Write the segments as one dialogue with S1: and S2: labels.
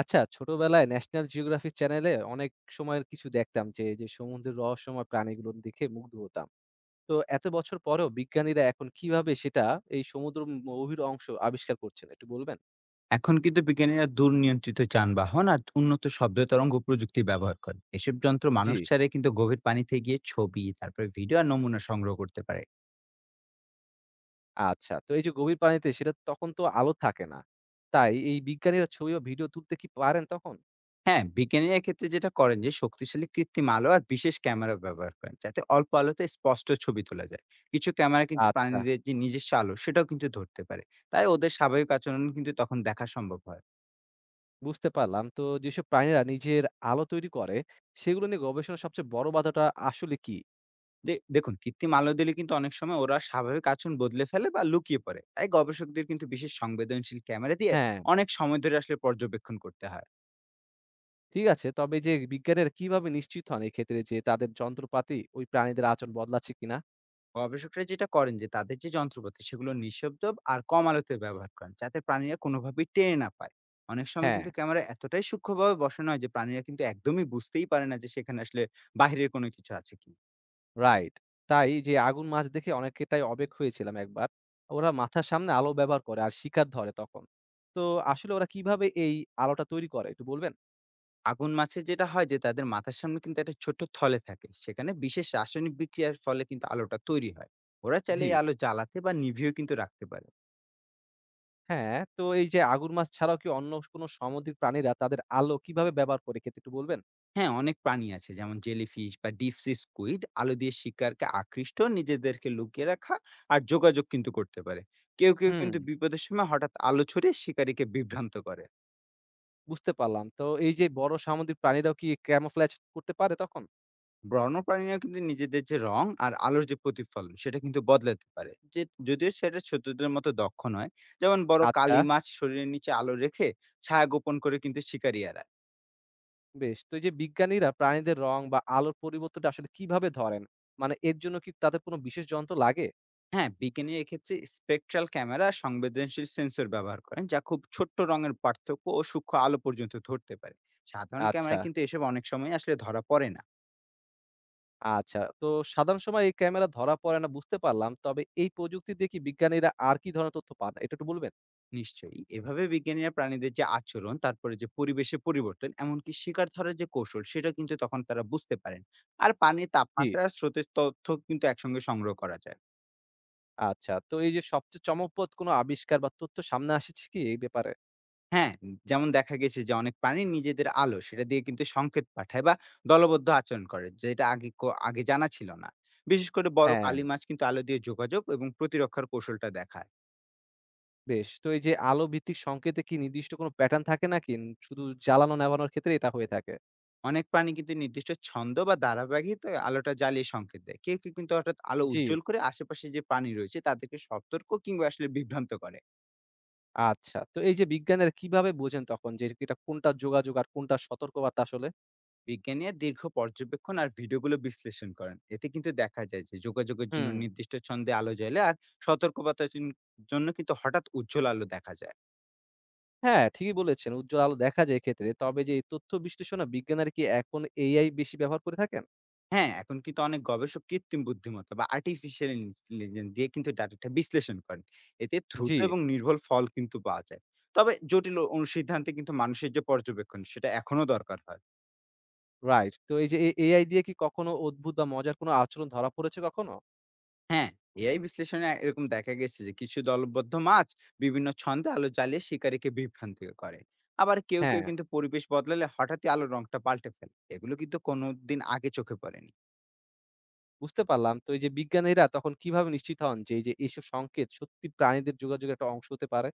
S1: আচ্ছা, ছোটবেলায় national geography চ্যানেলে অনেক সময়ের কিছু দেখতাম যে সমুদ্রের রহস্যময় প্রাণীগুলো দেখে মুগ্ধ হতাম। তো এত বছর পরেও বিজ্ঞানীরা এখন কিভাবে সেটা এই সমুদ্র ম গভীর অংশ আবিষ্কার করছেন একটু বলবেন?
S2: এখন কিন্তু বিজ্ঞানীরা দূর নিয়ন্ত্রিত যানবাহন আর উন্নত শব্দ তরঙ্গ প্রযুক্তি ব্যবহার করে এসব যন্ত্র
S1: জি।
S2: মানুষ ছাড়াই কিন্তু গভীর পানিতে গিয়ে ছবি তারপরে ভিডিও আর নমুনা সংগ্রহ করতে পারে।
S1: আচ্ছা, তো এই যে গভীর পানিতে সেটা তখন তো আলো থাকে না। তাই এই বিজ্ঞানীরা ছবি বা ভিডিও তুলতে কি পারেন তখন?
S2: হ্যাঁ, বিজ্ঞানীরা ক্ষেত্রে যেটা করেন যে শক্তিশালী কৃত্রিম আলো আর বিশেষ ক্যামেরা ব্যবহার করেন যাতে অল্প আলোতে স্পষ্ট ছবি তোলা যায়। কিছু ক্যামেরা কিন্তু
S1: আচ্ছা,
S2: প্রাণীদের যে নিজস্ব আলো সেটাও কিন্তু ধরতে পারে। তাই ওদের স্বাভাবিক আচরণ কিন্তু তখন দেখা সম্ভব হয়।
S1: বুঝতে পারলাম। তো যেসব প্রাণীরা নিজের আলো তৈরি করে, সেগুলো নিয়ে গবেষণার সবচেয়ে বড় বাধাটা আসলে কি?
S2: দেখুন, কৃত্রিম আলো দিলে কিন্তু অনেক সময় ওরা স্বাভাবিক আচরণ বদলে ফেলে বা লুকিয়ে পড়ে, তাই গবেষকদের কিন্তু বিশেষ সংবেদনশীল ক্যামেরা দিয়ে
S1: হ্যাঁ।
S2: অনেক সময় ধরে আসলে পর্যবেক্ষণ করতে হয়।
S1: ঠিক আছে। তবে এই যে বিজ্ঞানীরা কিভাবে নিশ্চিত হন এক্ষেত্রে যে তাদের যন্ত্রপাতি ওই প্রাণীদের আচরণ বদলাচ্ছে কিনা?
S2: গবেষকরা যেটা করেন যে তাদের যে যন্ত্রপাতি সেগুলো নিঃশব্দ আর কম আলোতে ব্যবহার করেন যাতে প্রাণীরা কোনোভাবেই টেনে না পায়। অনেক সময়
S1: হ্যাঁ,
S2: কিন্তু ক্যামেরা এতটাই সূক্ষ্মভাবে বসানো হয় যে প্রাণীরা কিন্তু একদমই বুঝতেই পারে না যে সেখানে আসলে বাইরের কোনো কিছু আছে কি।
S1: রাইট। তাই যে আগুন মাছ দেখে অনেকটাই অবাক হয়েছিলাম একবার। ওরা মাথার সামনে আলো ব্যবহার করে আর শিকার ধরে তখন। তো আসলে ওরা কিভাবে এই আলোটা তৈরি করে একটু বলবেন?
S2: আগুন মাছে যেটা হয় যে তাদের মাথার সামনে কিন্তু একটা ছোট্ট থলে থাকে, সেখানে বিশেষ রাসায়নিক বিক্রিয়ার ফলে কিন্তু আলোটা তৈরি হয়। ওরা চাইলে
S1: জি।
S2: এই আলো জ্বালাতে বা নিভিয়েও কিন্তু রাখতে পারে।
S1: হ্যাঁ, তো এই যে আগুন মাছ ছাড়াও কি অন্য কোনো সামুদ্রিক প্রাণীরা তাদের আলো কিভাবে ব্যবহার করে এক্ষেত্রে একটু বলবেন?
S2: হ্যাঁ, অনেক প্রাণী আছে যেমন জেলিফিশ বা ডিপসি স্কুইড আলো দিয়ে শিকারকে আকৃষ্ট, নিজেদেরকে লুকিয়ে রাখা আর যোগাযোগ কিন্তু করতে পারে। কেউ কেউ
S1: হুম,
S2: কিন্তু বিপদের সময় হঠাৎ আলো ছড়িয়ে শিকারীকে বিভ্রান্ত করে।
S1: বুঝতে পারলাম। তো এই যে বড় সামুদ্রিক প্রাণীরাও কি ক্যামোফ্ল্যাজ করতে পারে তখন?
S2: বন্যপ্রাণীরা কিন্তু নিজেদের যে রং আর আলোর যে প্রতিফলন সেটা কিন্তু বদলাতে পারে, যে যদিও সেটা ছোটদের মতো দক্ষ নয়। যেমন বড়
S1: আচ্ছা।
S2: কালি মাছ শরীরের নিচে আলো রেখে ছায়া গোপন করে কিন্তু শিকারি এড়ায়।
S1: বেশ। তো এই যে বিজ্ঞানীরা প্রাণীদের রং বা আলোর পরিবর্তনটা আসলে কিভাবে ধরেন? মানে এর জন্য কি তাদের কোনো বিশেষ যন্ত্র লাগে?
S2: হ্যাঁ, বিজ্ঞানী এক্ষেত্রে স্পেকট্রাল ক্যামেরা আর সংবেদনশীল সেন্সর ব্যবহার করেন যা খুব ছোট্ট রঙের পার্থক্য ও সূক্ষ্ম আলো পর্যন্ত ধরতে পারে। সাধারণ
S1: আচ্ছা।
S2: ক্যামেরা কিন্তু এসব অনেক সময় আসলে ধরা পড়ে না।
S1: আচ্ছা। তো সাধারণ সময় এই ক্যামেরা ধরা পড়ে না বুঝতে পারলাম। তবে এই প্রযুক্তি দিয়ে কি বিজ্ঞানীরা আর কি ধরনের তথ্য পান? এটা একটু বলবেন?
S2: নিশ্চয়ই। এভাবে বিজ্ঞানীরা প্রাণীদের যে আচরণ, তারপরে যে পরিবেশের পরিবর্তন, এমনকি শিকার ধরার যে কৌশল, সেটা কিন্তু তখন তারা বুঝতে পারেন। আর পানির
S1: জি।
S2: তাপমাত্রা আর স্রোতের তথ্য কিন্তু একসঙ্গে সংগ্রহ করা যায়।
S1: আচ্ছা। তো এই যে সবচেয়ে চমকপ্রদ কোনো আবিষ্কার বা তথ্য সামনে আসছে কি এই ব্যাপারে?
S2: হ্যাঁ, যেমন দেখা গেছে যে অনেক প্রাণী নিজেদের আলো, সেটা দিয়ে কিন্তু সংকেত পাঠায় বা দলবদ্ধ আচরণ করে, যেটা আগে জানা ছিল না। বিশেষ করে বড়
S1: হ্যাঁ।
S2: কালি মাছ কিন্তু আলো দিয়ে যোগাযোগ এবং প্রতিরক্ষার কৌশলটা দেখায়।
S1: বেশ। তো এই যে আলো ভিত্তিক সংকেতে কি নির্দিষ্ট কোনো প্যাটার্ন থাকে নাকি শুধু জ্বালানো নেভানোর ক্ষেত্রে এটা হয়ে থাকে?
S2: অনেক প্রাণী কিন্তু নির্দিষ্ট ছন্দ বা ধারাবাহিকতায় আলোটা জ্বালিয়ে সংকেত দেয়। কেউ কেউ কিন্তু হঠাৎ আলো
S1: জি।
S2: উজ্জ্বল করে আশেপাশে যে প্রাণী রয়েছে তাদেরকে সতর্ক কিংবা আসলে বিভ্রান্ত করে।
S1: আচ্ছা। তো এই যে বিজ্ঞানীরা কিভাবে বোঝেন তখন যে এটা কোনটা যোগাযোগ আর কোনটা সতর্কবার্তা আসলে?
S2: বিজ্ঞানীরা দীর্ঘ পর্যবেক্ষণ আর ভিডিওগুলো বিশ্লেষণ করেন। এতে কিন্তু দেখা যায় যে যোগাযোগের জন্য
S1: হুম।
S2: নির্দিষ্ট ছন্দে আলো জ্বলে আর সতর্কতার জন্য জন্য কিন্তু হঠাৎ উজ্জ্বল আলো দেখা যায়।
S1: হ্যাঁ, ঠিকই বলেছেন। উজ্জ্বল আলো দেখা যায় এক্ষেত্রে। তবে যে এই তথ্য বিশ্লেষণে বিজ্ঞানীরা কি এখন AI বেশি ব্যবহার করে থাকেন?
S2: হ্যাঁ, এখন কিন্তু অনেক গবেষক কৃত্রিম বুদ্ধিমত্তা বা আর্টিফিশিয়াল ইন্টেলিজেন্স দিয়ে কিন্তু ডাটাটা বিশ্লেষণ করেন। এতে দ্রুত
S1: জি।
S2: এবং নির্ভুল ফল কিন্তু পাওয়া যায়। তবে জটিল অনুসিদ্ধান্তে কিন্তু মানুষের যে পর্যবেক্ষণ সেটা এখনো দরকার হয়।
S1: রাইট। তো এই যে এ AI দিয়ে কি কখনো অদ্ভুত বা মজার কোনো আচরণ ধরা পড়েছে কখনো?
S2: হ্যাঁ, এআই বিশ্লেষণে এরকম দেখা গেছে যে কিছু দলবদ্ধ মাছ বিভিন্ন ছন্দে আলো জ্বালিয়ে শিকারীকে বিভ্রান্ত করে। আবার কেউ,
S1: হ্যাঁ।
S2: কেউ কিন্তু পরিবেশ বদলালে হঠাৎই আলোর রংটা পাল্টে ফেলে। এগুলো কিন্তু কোনোদিন আগে চোখে পড়েনি।
S1: বুঝতে পারলাম। তো এই যে বিজ্ঞানীরা তখন কিভাবে নিশ্চিত হন যে এই যে এইসব সংকেত সত্যি প্রাণীদের যোগাযোগের একটা অংশ হতে পারে?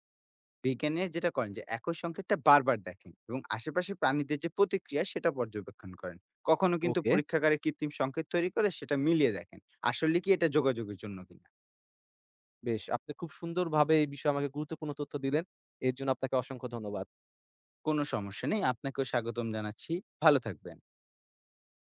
S2: বিজ্ঞানীরা যেটা করেন যে একই সংকেতটা বারবার দেখেন এবং আশেপাশে প্রাণীদের যে প্রতিক্রিয়া সেটা পর্যবেক্ষণ করেন। কখনো কিন্তু
S1: ওকে,
S2: পরীক্ষাগারে কৃত্রিম সংকেত তৈরি করে সেটা মিলিয়ে দেখেন আসলে কি এটা যোগাযোগের জন্য কিনা।
S1: বেশ। আপনি খুব সুন্দরভাবে এই বিষয়ে আমাকে গুরুত্বপূর্ণ তথ্য দিলেন। এর জন্য আপনাকে অসংখ্য ধন্যবাদ।
S2: কোনো সমস্যা নেই, আপনাকেও স্বাগতম জানাচ্ছি। ভালো থাকবেন।